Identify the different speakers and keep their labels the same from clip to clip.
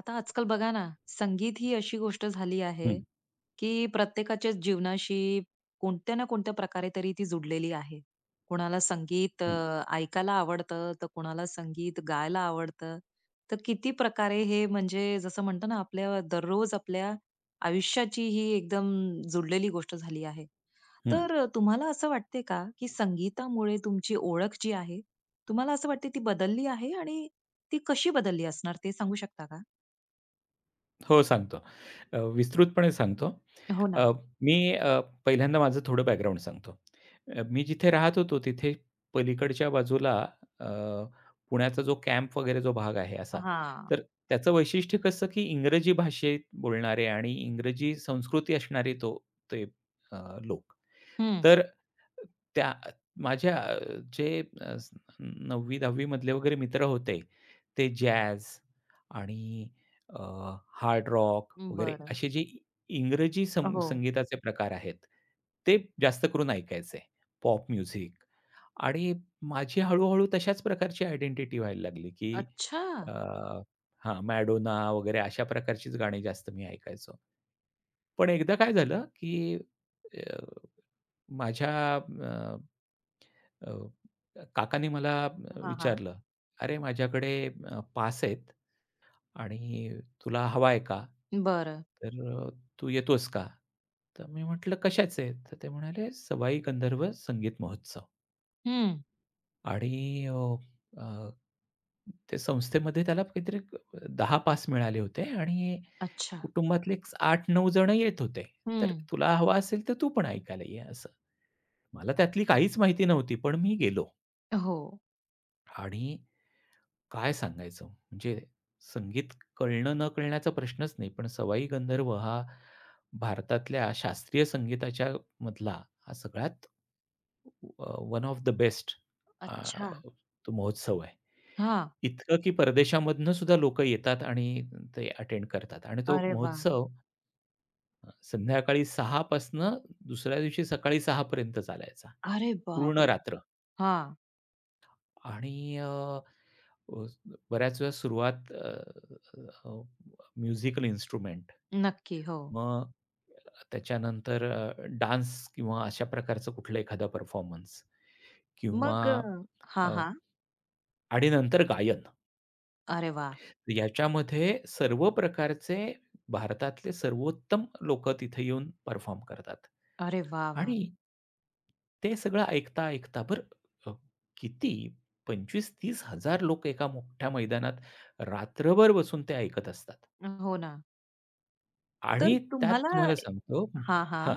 Speaker 1: आता आजकाल बघा ना, संगीत ही अशी गोष्ट झाली आहे,
Speaker 2: हं,
Speaker 1: की प्रत्येकाच्याच जीवनाशी कोणत्या ना कोणत्या प्रकारे तरी ती जुडलेली आहे. कोणाला संगीत
Speaker 2: हं,
Speaker 1: ऐकायला आवडतं, तर कोणाला संगीत गायला आवडतं. तर किती प्रकारे हे म्हणजे जसं म्हणतो ना, आपल्या दररोज आपल्या आयुष्याची ही एकदम जुडलेली गोष्ट झाली आहे.
Speaker 2: हं.
Speaker 1: तर तुम्हाला असं वाटते का, की संगीतामुळे तुमची ओळख जी आहे, तुम्हाला असं वाटते ती बदलली आहे आणि ती कशी बदलली असणार ते सांगू शकता का?
Speaker 2: हो, सांगतो. विस्तृतपणे सांगतो.
Speaker 1: हो ना.
Speaker 2: अ, मी पहिल्यांदा माझं थोडं बॅकग्राऊंड सांगतो. मी जिथे राहत होतो तिथे पलीकडच्या बाजूला अ, पुण्याचा जो कॅम्प वगैरे जो भाग आहे असा,
Speaker 1: हां.
Speaker 2: तर त्याचं वैशिष्ट्य कसं, की इंग्रजी भाषेत बोलणारे आणि इंग्रजी संस्कृती असणारे ते अ, लोक.
Speaker 1: हं.
Speaker 2: तर त्या माझ्या जे 9वी-10वी मधले वगैरे मित्र होते, ते जॅझ आणि अ, हार्ड रॉक वगैरे
Speaker 1: बरं.
Speaker 2: असे जे इंग्रजी
Speaker 1: हो.
Speaker 2: संगीताचे प्रकार आहेत, ते जास्त करून ऐकायचे. पॉप म्युझिक आणि माझी हळू-हळू तशाच प्रकारची आयडेंटिटी व्हायला लागली, की
Speaker 1: अच्छा!
Speaker 2: अ, हां, मॅडोना वगैरे अशा प्रकारचीच गाणी जास्त मी ऐकायचो. पण एकदा काय झालं, की माझ्या अ, अ, काकांनी मला
Speaker 1: हां, हां.
Speaker 2: विचारलं, "अरे, माझ्याकडे पास आहेत आणि तुला हवा आहे का?
Speaker 1: बरं.
Speaker 2: तर अ, तू येतोस का?" तर मी म्हटलं, "कशाचे?" तर ते म्हणाले, "सवाई गंधर्व संगीत महोत्सव."
Speaker 1: हं.
Speaker 2: आणि अ, अ, ते संस्थेमध्ये त्याला काहीतरी 10 पास मिळाले होते आणि
Speaker 1: अच्छा.
Speaker 2: कुटुंबातले 8-9 जण येत होते. तर
Speaker 1: हं.
Speaker 2: "तुला हवा असेल तर तू पण ऐकायला ये," असं. मला त्यातली काहीच माहिती नव्हती, पण मी गेलो
Speaker 1: हो.
Speaker 2: आणि काय सांगायचं म्हणजे संगीत कळणं न कळण्याचा प्रश्नच नाही, पण सवाई गंधर्व हा भारतातल्या शास्त्रीय संगीताच्या मधला हा सगळ्यात वन ऑफ द बेस्ट
Speaker 1: अच्छा.
Speaker 2: तो महोत्सव आहे.
Speaker 1: हां.
Speaker 2: इतकं की परदेशामधनं सुद्धा लोकं येतात आणि ते अटेंड करतात आणि तो
Speaker 1: अरे वाह!
Speaker 2: महोत्सव संध्याकाळी 6 पासनं दुसऱ्या दिवशी सकाळी 6 पर्यंत चालायचा
Speaker 1: अरे
Speaker 2: पूर्ण
Speaker 1: बापरे!
Speaker 2: रात्र
Speaker 1: हां.
Speaker 2: आणि अ अ, बऱ्याच वेळा सुरुवात अ, अ, म्युझिकल इन्स्ट्रुमेंट,
Speaker 1: नक्की. हो.
Speaker 2: मग त्याच्यानंतर डान्स किंवा अशा प्रकारचं कुठलं एखादा परफॉर्मन्स किंवा
Speaker 1: मग हां,
Speaker 2: अ,
Speaker 1: हां.
Speaker 2: आणि नंतर गायन.
Speaker 1: अरे वाह!
Speaker 2: याच्यामध्ये सर्व प्रकारचे भारतातले सर्वोत्तम लोकं तिथे येऊन परफॉर्म करतात
Speaker 1: अरे वाह, वाह!
Speaker 2: आणि ते सगळं ऐकता, ऐकता बरं अ, किती 25-30 हजार लोक एका मोठ्या मैदानात रात्रभर बसून ते ऐकत असतात.
Speaker 1: हो ना. तर
Speaker 2: आणि त्यात
Speaker 1: तुम्हाला
Speaker 2: तुम्हाला सांगतो.
Speaker 1: हा-हा,
Speaker 2: हां,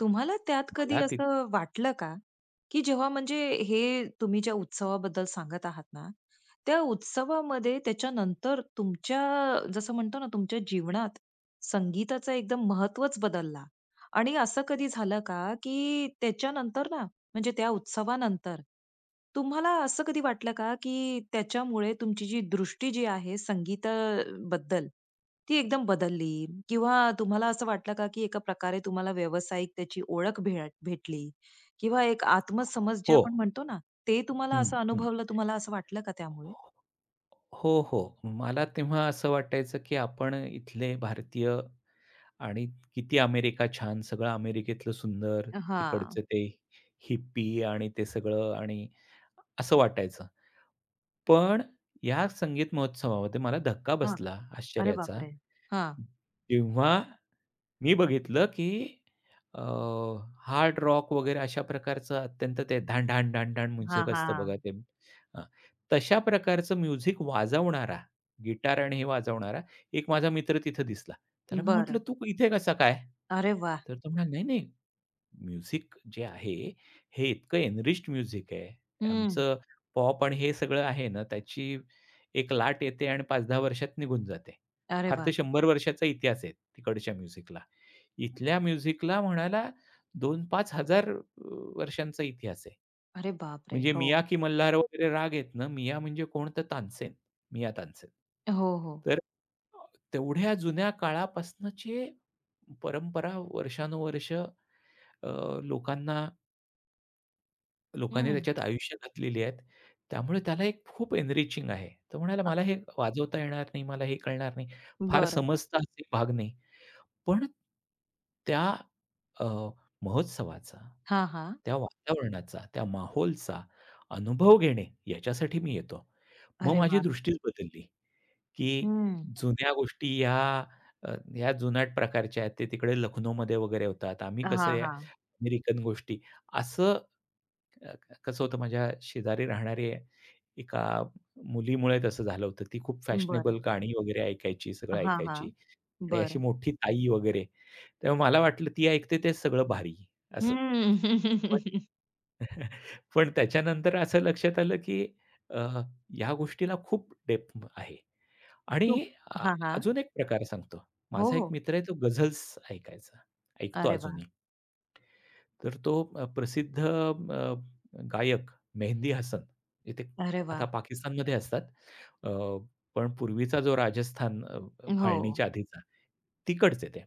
Speaker 1: तुम्हाला त्यात कधी
Speaker 2: मला
Speaker 1: असं वाटलं का, की जेव्हा म्हणजे हे तुम्ही ज्या उत्सवाबद्दल सांगत आहात ना, त्या उत्सवामध्ये त्याच्यानंतर तुमच्या जसं म्हणतो ना, तुमच्या जीवनात संगीताचा एकदम महत्त्वच बदलला आणि असं कधी झालं का, की त्याच्यानंतर ना, म्हणजे त्या उत्सवानंतर तुम्हाला असं कधी वाटलं का, की त्याच्यामुळे तुमची जी दृष्टी जी आहे संगीताबद्दल ती एकदम बदलली किंवा तुम्हाला असं वाटलं का, की एका प्रकारे तुम्हाला व्यावसायिक त्याची ओळख भेटली किंवा एक आत्मसमज जे
Speaker 2: हो.
Speaker 1: आपण म्हणतो ना, ते तुम्हाला
Speaker 2: हं,
Speaker 1: असं
Speaker 2: हं.
Speaker 1: अनुभवलं, तुम्हाला असं वाटलं का त्यामुळे?
Speaker 2: हो, हो. मला तेव्हा असं वाटायचं, की आपण इथले भारतीय आणि किती अमेरिका छान, सगळं अमेरिकेतलं सुंदर,
Speaker 1: हां,
Speaker 2: तिकडचं ते हिप्पी आणि ते सगळं आणि असं वाटायचं. पण या संगीत महोत्सवामध्ये मला धक्का
Speaker 1: हां.
Speaker 2: बसला
Speaker 1: अरे
Speaker 2: आश्चर्याचा,
Speaker 1: बापरे! हां.
Speaker 2: जेव्हा मी बघितलं की अ, हार्ड रॉक वगैरे अशा प्रकारचं अत्यंत ते ढाण, ढाण, ढाण, ढाण
Speaker 1: हां,
Speaker 2: म्युझिक असतं
Speaker 1: हां.
Speaker 2: बघा ते. हां, तशा प्रकारचं म्युझिक वाजवणारा, गिटार आणि हे वाजवणारा एक माझा मित्र तिथं दिसला. त्याला मी
Speaker 1: बरं.
Speaker 2: म्हटलं, "तू इथे कसा काय?"
Speaker 1: अरे वाह!
Speaker 2: तर तो म्हणाला, "नाही, नाही म्युझिक जे आहे, हे इतकं एनरिच्ड म्युझिक आहे.
Speaker 1: हं.
Speaker 2: आमचं पॉप आणि हे सगळं आहे ना, त्याची एक लाट येते आणि 5-10 वर्षात निघून जाते.
Speaker 1: अरे
Speaker 2: फार
Speaker 1: वाह!
Speaker 2: तर 100 वर्षाचा इतिहास आहे तिकडच्या म्युझिकला. इथल्या म्युझिकला म्हणायला 2-5 हजार वर्षांचा इतिहास आहे.
Speaker 1: अरे बापरे!
Speaker 2: म्हणजे
Speaker 1: हो.
Speaker 2: मिया की मल्हार वगैरे राग आहेत ना, मिया म्हणजे कोण तर तानसेन, मिया तानसेन.
Speaker 1: हो, हो.
Speaker 2: तर तेवढ्या जुन्या काळापासनचे परंपरा वर्षानुवर्ष अ, लोकांना लोकांनी
Speaker 1: हं.
Speaker 2: त्याच्यात आयुष्य घातलेली आहेत. त्यामुळे त्याला एक खूप एनरिचिंग आहे. तो म्हणाला,
Speaker 1: अ
Speaker 2: "मला हे वाजवता येणार नाही, मला हे कळणार नाही, फार
Speaker 1: बरं.
Speaker 2: समजता असे भाग नाही." पण त्या अ, महोत्सवाचा,
Speaker 1: हां, हां.
Speaker 2: त्या वातावरणाचा, त्या माहोलचा अनुभव घेणे याच्यासाठी मी येतो. मग
Speaker 1: अरे
Speaker 2: माझी
Speaker 1: वाह!
Speaker 2: दृष्टीच बदलली, की
Speaker 1: हं.
Speaker 2: जुन्या गोष्टी या जुनाट प्रकारच्या आहेत. ते तिकडे लखनौमध्ये वगैरे होतात. आम्ही कसं
Speaker 1: हां,
Speaker 2: या
Speaker 1: हां.
Speaker 2: अमेरिकन गोष्टी असं कसं होतं माझ्या शेजारी राहणारी एका मुलीमुळे तसं झालं होतं. ती खूप
Speaker 1: बरं.
Speaker 2: फॅशनेबल गाणी वगैरे ऐकायची, सगळं
Speaker 1: हां, हां.
Speaker 2: ऐकायची आणि अशी
Speaker 1: बरं.
Speaker 2: मोठी ताई वगैरे. तेव्हा मला वाटलं ती ऐकते ते सगळं भारी असं.
Speaker 1: हं.
Speaker 2: पण पण त्याच्यानंतर असं लक्षात आलं, की अ, ह्या गोष्टीला खूप डेप्थ आहे
Speaker 1: तू
Speaker 2: आणि अ,
Speaker 1: हां, हां.
Speaker 2: अजून एक प्रकार सांगतो.
Speaker 1: हो,
Speaker 2: माझा एक
Speaker 1: हो.
Speaker 2: मित्र आहे तो गझल्स ऐकायचा. ऐकतो
Speaker 1: अरे वा,
Speaker 2: अजूनही. तर तो प्रसिद्ध गायक मेहंदी हसन इथे
Speaker 1: अरे वा,
Speaker 2: आता पाकिस्तानमध्ये असतात. अ, पण पूर्वीचा जो राजस्थान अ, अ,
Speaker 1: हो,
Speaker 2: फाळणीच्या आधीचा तिकडचे ते.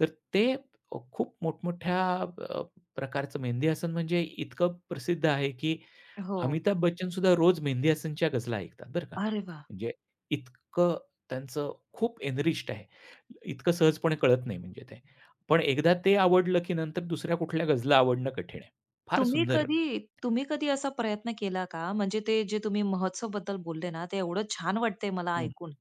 Speaker 2: तर ते खूप मोठमोठ्या अ, प्रकारचं मेहंदी हसन म्हणजे इतकं प्रसिद्ध आहे, की
Speaker 1: हो.
Speaker 2: अमिताभ बच्चन सुद्धा रोज मेहंदी हसनच्या गझला ऐकतात बरं का.
Speaker 1: अरे वा,
Speaker 2: म्हणजे इतकं त्यांचं खूप एनरिच्ड आहे. इतकं सहजपणे कळत नाही म्हणजे ते. पण एकदा ते आवडलं, की नंतर दुसऱ्या कुठल्या गझला आवडणं कठीण आहे. फार सुंदर.
Speaker 1: तुम्ही कधी असा प्रयत्न केला का? म्हणजे ते जे तुम्ही महोत्सवबद्दल बोलले ना, ते एवढं छान वाटतंय मला
Speaker 2: हं.
Speaker 1: ऐकून.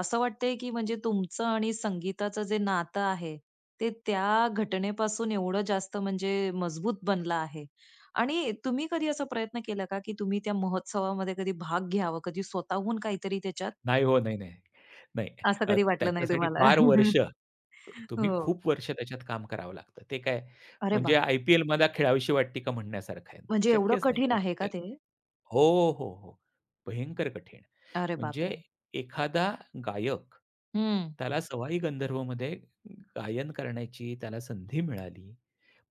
Speaker 1: असं वाटतंय, की म्हणजे तुमचं आणि संगीताचं जे नातं आहे, ते त्या घटनेपासून एवढं जास्त म्हणजे मजबूत बनलं आहे. आणि तुम्ही कधी असा प्रयत्न केला का, की तुम्ही त्या महोत्सवामध्ये कधी भाग घ्यावा, कधी स्वतःहून काहीतरी त्याच्यात?
Speaker 2: नाही हो, नाही, नाही. नाही.
Speaker 1: असं कधी वाटलं नाही
Speaker 2: त्याच्यासाठी
Speaker 1: तुम्हाला?
Speaker 2: फार वर्ष तुम्ही
Speaker 1: हो.
Speaker 2: खूप वर्ष त्याच्यात काम करावं लागतं. ते काय
Speaker 1: अरे
Speaker 2: म्हणजे
Speaker 1: बाप!
Speaker 2: आय-पी-एल मला खेळावीशी वाटते का म्हणण्यासारखं आहे.
Speaker 1: म्हणजे एवढं
Speaker 2: शक्यच नाही
Speaker 1: कठीण
Speaker 2: हो.
Speaker 1: आहे का ते?
Speaker 2: हो, हो, हो. भयंकर कठीण.
Speaker 1: अरे
Speaker 2: म्हणजे
Speaker 1: बापरे!
Speaker 2: एखादा गायक,
Speaker 1: हं.
Speaker 2: त्याला सवाई गंधर्वमध्ये गायन करण्याची त्याला संधी मिळाली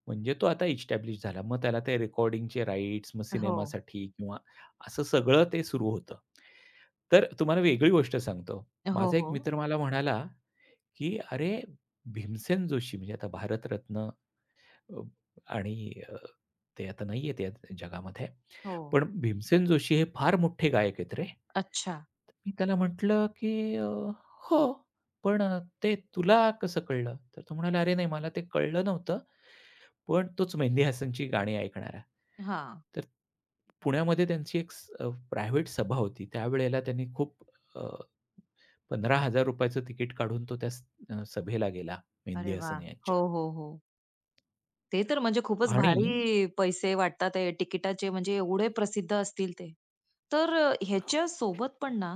Speaker 2: म्हणजे तो आता इस्टॅब्लिश झाला. मग त्याला ते रेकॉर्डिंगचे राइट्स, मग
Speaker 1: हो.
Speaker 2: सिनेमासाठी किंवा असं सगळं ते सुरू होतं. तर तुम्हाला वेगळी गोष्ट सांगतो.
Speaker 1: हो,
Speaker 2: माझा एक
Speaker 1: हो.
Speaker 2: मित्र मला म्हणाला, की "अरे, भीमसेन जोशी म्हणजे आता भारतरत्न अ, आणि ते आता नाहीयेत या जगामध्ये.
Speaker 1: हो.
Speaker 2: पण भीमसेन जोशी हे फार मोठे गायक आहेत रे."
Speaker 1: अच्छा.
Speaker 2: मी त्याला म्हटलं, की हो, पण ते तुला कसं कळलं?" तर तो म्हणाला, "अरे नाही, मला ते कळलं नव्हतं, पण तोच मेहंदी हासनची गाणी ऐकणारा."
Speaker 1: हां.
Speaker 2: तर पुण्यामध्ये त्यांची एक प्रायव्हेट सभा होती. त्यावेळेला त्यांनी खूप अ, ₹15,000 चं तिकीट काढून तो त्या सभेला गेला, मेहंदी
Speaker 1: अरे वाह!
Speaker 2: हसन
Speaker 1: हो,
Speaker 2: यांच्या.
Speaker 1: हो, हो. ते तर म्हणजे खूपच
Speaker 2: आणि
Speaker 1: भारी पैसे वाटतात ते तिकिटाचे म्हणजे एवढे प्रसिद्ध असतील ते. तर ह्याच्या सोबत पण ना,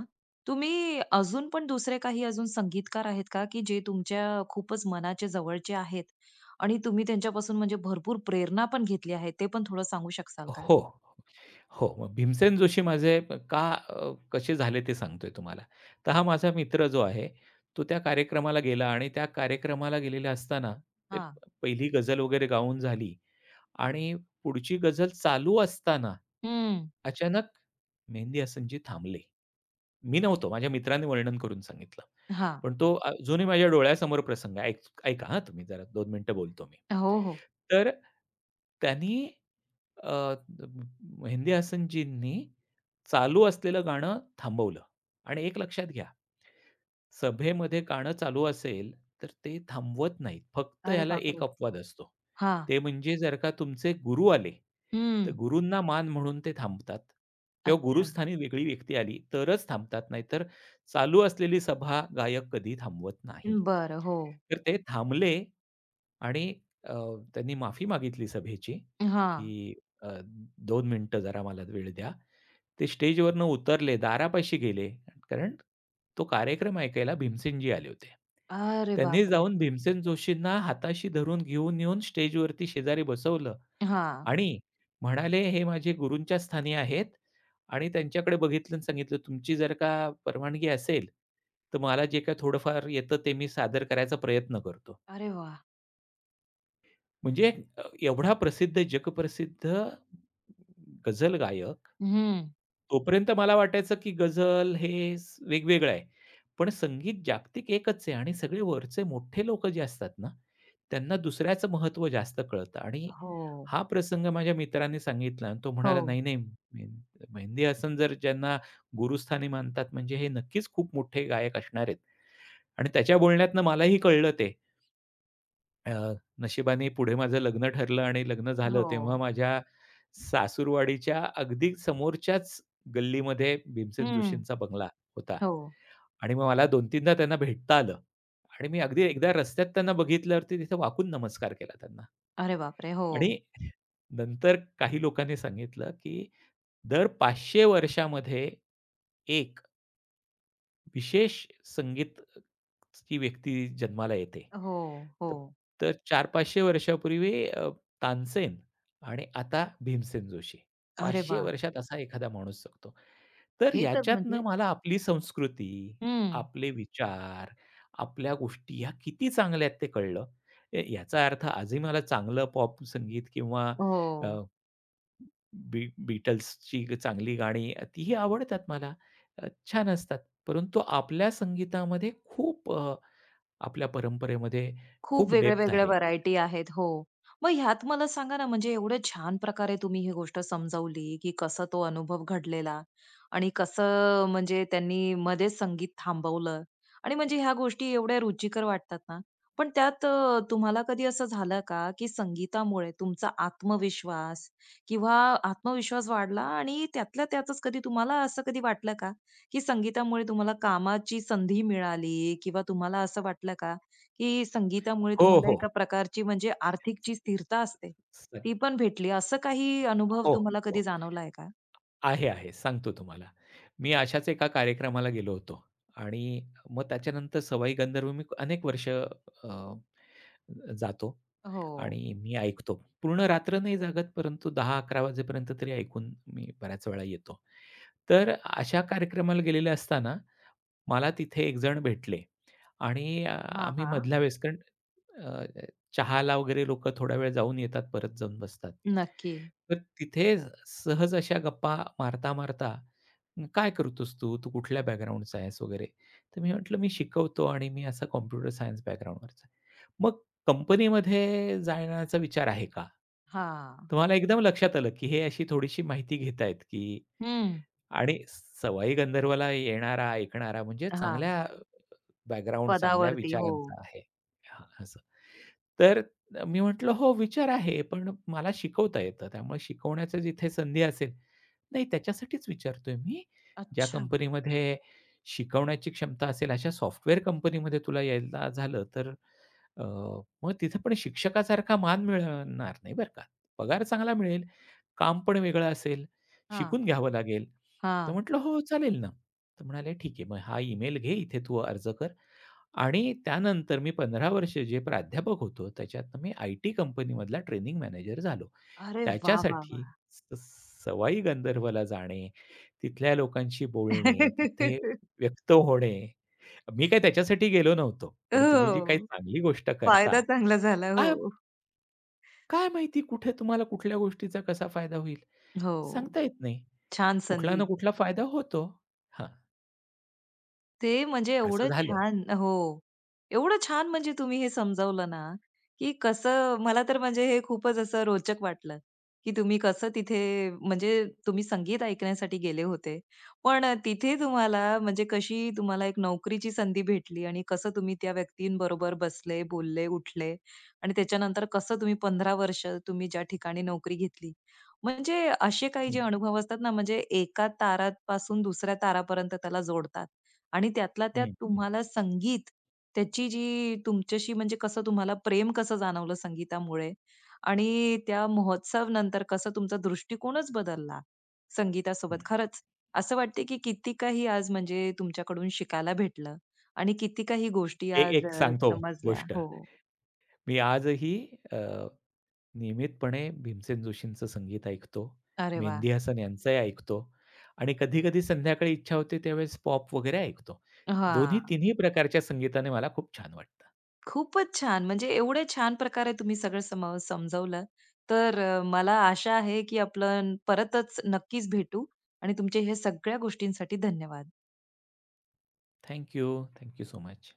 Speaker 1: तुम्ही अजून पण दुसरे काही अजून संगीतकार आहेत का, की जे तुमच्या खूपच मनाच्या जवळचे आहेत आणि तुम्ही त्यांच्यापासून म्हणजे भरपूर प्रेरणा पण घेतली आहे? ते पण थोडं सांगू शकाल का?
Speaker 2: हो. हो, मग भीमसेन जोशी माझे कसे झाले ते सांगतोय तुम्हाला. तर हा माझा मित्र जो आहे, तो त्या कार्यक्रमाला गेला आणि त्या कार्यक्रमाला गेलेला असताना ते
Speaker 1: हां.
Speaker 2: पहिली गझल वगैरे गाऊन झाली आणि पुढची गझल चालू असताना
Speaker 1: हं.
Speaker 2: अचानक मेहंदी हसनजी थांबले. मी नव्हतो. माझ्या मित्राने वर्णन करून सांगितलं.
Speaker 1: हां.
Speaker 2: पण तो अजूनही माझ्या डोळ्यासमोर प्रसंग आहे. ऐका हां तुम्ही जरा 2 मिनिटं बोलतो मी.
Speaker 1: हो, हो.
Speaker 2: तर त्यांनी अ, मेहंदी हसनजींनी चालू असलेलं गाणं थांबवलं आणि एक लक्षात घ्या सभेमध्ये गाणं चालू असेल, तर ते थांबवत नाहीत. फक्त
Speaker 1: अरे
Speaker 2: ह्याला एक
Speaker 1: बापरे!
Speaker 2: अपवाद असतो.
Speaker 1: हां.
Speaker 2: ते म्हणजे जर का तुमचे गुरु आले, तर
Speaker 1: हं.
Speaker 2: गुरूंना मान म्हणून ते थांबतात किंवा
Speaker 1: अच्छा.
Speaker 2: गुरुस्थानी वेगळी व्यक्ती आली तरच थांबतात. नाहीतर चालू असलेली सभा गायक कधी थांबवत नाही.
Speaker 1: बरं. हो.
Speaker 2: तर ते थांबले आणि अ, त्यांनी माफी मागितली सभेची,
Speaker 1: हां.
Speaker 2: की अ, 2 मिनिटं जरा मला वेळ द्या. ते स्टेजवरनं उतरले, दारापाशी गेले. कारण तो कार्यक्रम ऐकायला भीमसेनजी आले होते.
Speaker 1: अरे
Speaker 2: त्यांनी
Speaker 1: बापरे!
Speaker 2: जाऊन
Speaker 1: हं.
Speaker 2: भीमसेन जोशींना हाताशी धरून घेऊन येऊन स्टेजवरती शेजारी बसवलं
Speaker 1: हां.
Speaker 2: आणि म्हणाले, "हे माझे गुरूंच्या स्थानी आहेत आणि त्यांच्याकडे बघितलं आणि सांगितलं, तुमची जर का परवानगी असेल, तर मला जे काही थोडंफार येतं ते मी सादर करायचा प्रयत्न करतो."
Speaker 1: अरे वाह!
Speaker 2: म्हणजे अ, एवढा प्रसिद्ध, जगप्रसिद्ध गझल गायक.
Speaker 1: हं.
Speaker 2: तोपर्यंत मला वाटायचं, की गझल हे वेगवेगळं आहे. पण संगीत जागतिक एकच आहे आणि सगळे वरचे मोठे लोक जे असतात ना, त्यांना दुसऱ्याचं महत्त्व जास्त कळतं आणि
Speaker 1: हो.
Speaker 2: हा प्रसंग माझ्या मित्राने सांगितला आणि तो
Speaker 1: हो.
Speaker 2: म्हणाला, "नाही-नाही, मेहंदी हसन जर ज्यांना गुरुस्थानी मानतात म्हणजे हे नक्कीच खूप मोठे गायक असणार आहेत." आणि त्याच्या बोलण्यातनं मलाही कळलं ते. अ, नशिबाने पुढे माझं लग्न ठरलं आणि लग्न झालं
Speaker 1: हो.
Speaker 2: तेव्हा माझ्या सासूरवाडीच्या अगदी समोरच्याच गल्लीमध्ये भीमसेन
Speaker 1: हं.
Speaker 2: जोशींचा बंगला होता
Speaker 1: हो.
Speaker 2: आणि मग मला 2-3दा त्यांना भेटता आलं आणि मी अगदी एकदा रस्त्यात त्यांना बघितल्यावरती तिथे वाकून नमस्कार केला त्यांना
Speaker 1: अरे बापरे! हो.
Speaker 2: आणि नंतर काही लोकांनी सांगितलं, की दर 500 वर्षामध्ये 1 विशेष संगीत ची व्यक्ती जन्माला येते.
Speaker 1: हो,
Speaker 2: तर
Speaker 1: हो.
Speaker 2: तर 400-500 वर्षापूर्वी तानसेन आणि आता भीमसेन जोशी.
Speaker 1: अरे
Speaker 2: 500
Speaker 1: वाह!
Speaker 2: वर्षात असा एखादा माणूस जगतो. तर
Speaker 1: हे तर
Speaker 2: याच्यातनं
Speaker 1: म्हणजे
Speaker 2: मला आपली संस्कृती,
Speaker 1: हं.
Speaker 2: आपले विचार, आपल्या गोष्टी ह्या किती चांगल्या आहेत ते कळलं. याचा अर्थ आजही मला चांगलं पॉप संगीत किंवा
Speaker 1: हो.
Speaker 2: बीटल्सची चांगली गाणी तीही आवडतात मला. अ, छान असतात. परंतु आपल्या संगीतामध्ये खूप आपल्या परंपरेमध्ये
Speaker 1: खूप
Speaker 2: खूप डेप्थ
Speaker 1: वेगळ्या-वेगळ्या
Speaker 2: आहे.
Speaker 1: व्हरायटी आहेत. हो. मग ह्यात मला सांगा ना, म्हणजे एवढ्या छान प्रकारे तुम्ही ही गोष्ट समजावली, की कसा तो अनुभव घडलेला आणि कसं म्हणजे त्यांनी मध्येच संगीत थांबवलं आणि म्हणजे ह्या गोष्टी एवढ्या रुचिकर वाटतात ना. पण त्यात तुम्हाला कधी असं झालं का, की संगीतामुळे तुमचा आत्मविश्वास किंवा आत्मविश्वास वाढला आणि त्यातल्या त्यातच कधी तुम्हाला असं कधी वाटलं का, की संगीतामुळे तुम्हाला कामाची संधी मिळाली किंवा तुम्हाला असं वाटलं का, की संगीतामुळे
Speaker 2: हो,
Speaker 1: तुम्हाला
Speaker 2: हो.
Speaker 1: एका प्रकारची म्हणजे आर्थिक जी स्थिरता असते,
Speaker 2: स
Speaker 1: ती पण भेटली. असं काही अनुभव
Speaker 2: हो,
Speaker 1: तुम्हाला कधी
Speaker 2: हो.
Speaker 1: जाणवला आहे का?
Speaker 2: आहे, आहे. सांगतो तुम्हाला. मी अशाच एका कार्यक्रमाला गेलो होतो आणि मग त्याच्यानंतर सवाई गंधर्व मी अनेक वर्ष जातो
Speaker 1: हो.
Speaker 2: आणि मी ऐकतो. पूर्ण रात्र नाही जागत, परंतु दहा 11 वाजेपर्यंत तरी ऐकून मी बऱ्याच वेळा येतो. तर अशा कार्यक्रमाला गेलेले असताना मला तिथे एक जण भेटले आणि
Speaker 1: हां,
Speaker 2: आम्ही
Speaker 1: हां.
Speaker 2: मधल्या वेळेस कारण अ, चहाला वगैरे लोकं थोडा वेळ जाऊन येतात, परत जाऊन बसतात.
Speaker 1: नक्की.
Speaker 2: तर तिथे सहज अशा गप्पा मारता-मारता, "काय करतोस तू? तू कुठल्या बॅकग्राऊंडचा आहेस?" वगैरे. तर मी म्हटलं, "मी शिकवतो आणि मी असा कॉम्प्युटर सायन्स बॅकग्राऊंडवरचा आहे." "मग कंपनीमध्ये जाण्याचा विचार आहे का?"
Speaker 1: हां.
Speaker 2: तर एकदम लक्षात आलं, की हे अशी थोडीशी माहिती घेतायत, की
Speaker 1: हं.
Speaker 2: आणि सवाई गंधर्वला येणारा, ऐकणारा म्हणजे
Speaker 1: हां.
Speaker 2: चांगल्या बॅकग्राऊंड, चांगल्या
Speaker 1: पदावरती. हो.
Speaker 2: विचारांचा आहे. हां, असं. तर मी म्हटलं, "हो, विचार आहे, पण मला शिकवता येतं, त्यामुळे शिकवण्याचं जिथे संधी असेल" नाही, त्याच्यासाठीच विचारतोय मी, ज्या
Speaker 1: अच्छा.
Speaker 2: कंपनीमध्ये शिकवण्याची क्षमता असेल, अशा सॉफ्टवेअर कंपनीमध्ये तुला यायला झालं, तर अ, मग तिथे पण शिक्षकासारखा मान मिळणार नाही बरं का. पगार चांगला मिळेल, काम पण वेगळं असेल,
Speaker 1: हां,
Speaker 2: शिकून घ्यावं लागेल. तर
Speaker 1: हां.
Speaker 2: म्हटलं, "हो, चालेल ना." तर म्हणाले, "ठीक आहे, मग हा ईमेल घे, इथे तू अर्ज कर." आणि त्यानंतर मी 15 वर्ष जे प्राध्यापक होतो, त्याच्यातनं मी आय-टी कंपनीमधला ट्रेनिंग मॅनेजर झालो.
Speaker 1: अरे वाह, वाह,
Speaker 2: त्याच्यासाठी
Speaker 1: वाह!
Speaker 2: स सवाई गंधर्वला जाणे, तिथल्या लोकांशी बोलणे, तिथे व्यक्त होणे. मी काही त्याच्यासाठी गेलो नव्हतो. पण तुम्ही जी काही
Speaker 1: हो.
Speaker 2: चांगली गोष्ट करता,
Speaker 1: फायदा चांगला झाला.
Speaker 2: काय
Speaker 1: हो.
Speaker 2: काय माहिती कुठे तुम्हाला कुठल्या गोष्टीचा कसा फायदा होईल?
Speaker 1: हो.
Speaker 2: सांगता येत नाही.
Speaker 1: छान
Speaker 2: कुठला
Speaker 1: संधी.
Speaker 2: ना कुठला फायदा होतो. हां,
Speaker 1: ते म्हणजे
Speaker 2: असं
Speaker 1: एवढं
Speaker 2: झालं.
Speaker 1: छान हो. एवढं छान म्हणजे तुम्ही हे समजावलं ना, की कसं मला तर म्हणजे हे खूपच असं रोचक वाटलं, की तुम्ही कसं तिथे म्हणजे तुम्ही संगीत ऐकण्यासाठी गेले होते. पण तिथे तुम्हाला म्हणजे कशी तुम्हाला एक नोकरीची संधी भेटली आणि कसं तुम्ही त्या व्यक्तींबरोबर बसले, बोलले, उठले आणि त्याच्यानंतर कसं तुम्ही 15 वर्ष तुम्ही ज्या ठिकाणी नोकरी घेतली. म्हणजे असे काही जे
Speaker 2: हं,
Speaker 1: अनुभव असतात ना, म्हणजे एका तारापासून दुसऱ्या तारापर्यंत त्याला जोडतात. आणि त्यातला त्यात
Speaker 2: हं, हं,
Speaker 1: तुम्हाला संगीत त्याची जी तुमच्याशी म्हणजे कसं तुम्हाला प्रेम कसं जाणवलं संगीतामुळे आणि त्या महोत्सव नंतर कसं तुमचा दृष्टिकोनच बदलला संगीतासोबत.
Speaker 2: हं.
Speaker 1: खरंच असं वाटते की किती काही आज म्हणजे तुमच्याकडून शिकायला भेटलं आणि किती काही गोष्टी आज
Speaker 2: एक सांगतो
Speaker 1: समजल्या.
Speaker 2: गोष्ट.
Speaker 1: हो.
Speaker 2: मी आजही अ, नियमितपणे भीमसेन जोशींचं संगीत ऐकतो.
Speaker 1: अरे वाह!
Speaker 2: मेहंदी हसन यांचंही ऐकतो आणि कधी-कधी संध्याकाळी इच्छा होते त्यावेळेस पॉप वगैरे ऐकतो. दोन्ही
Speaker 1: हां.
Speaker 2: तिन्ही प्रकारच्या संगीताने मला खूप छान वाटतं.
Speaker 1: खूपच छान. म्हणजे एवढे छान प्रकारे तुम्ही सगळं समजावलं. तर मला आशा आहे, की आपण परतच नक्कीच भेटू आणि तुमचे ह्या सगळ्या गोष्टींसाठी धन्यवाद.
Speaker 2: Thank you. Thank you so much.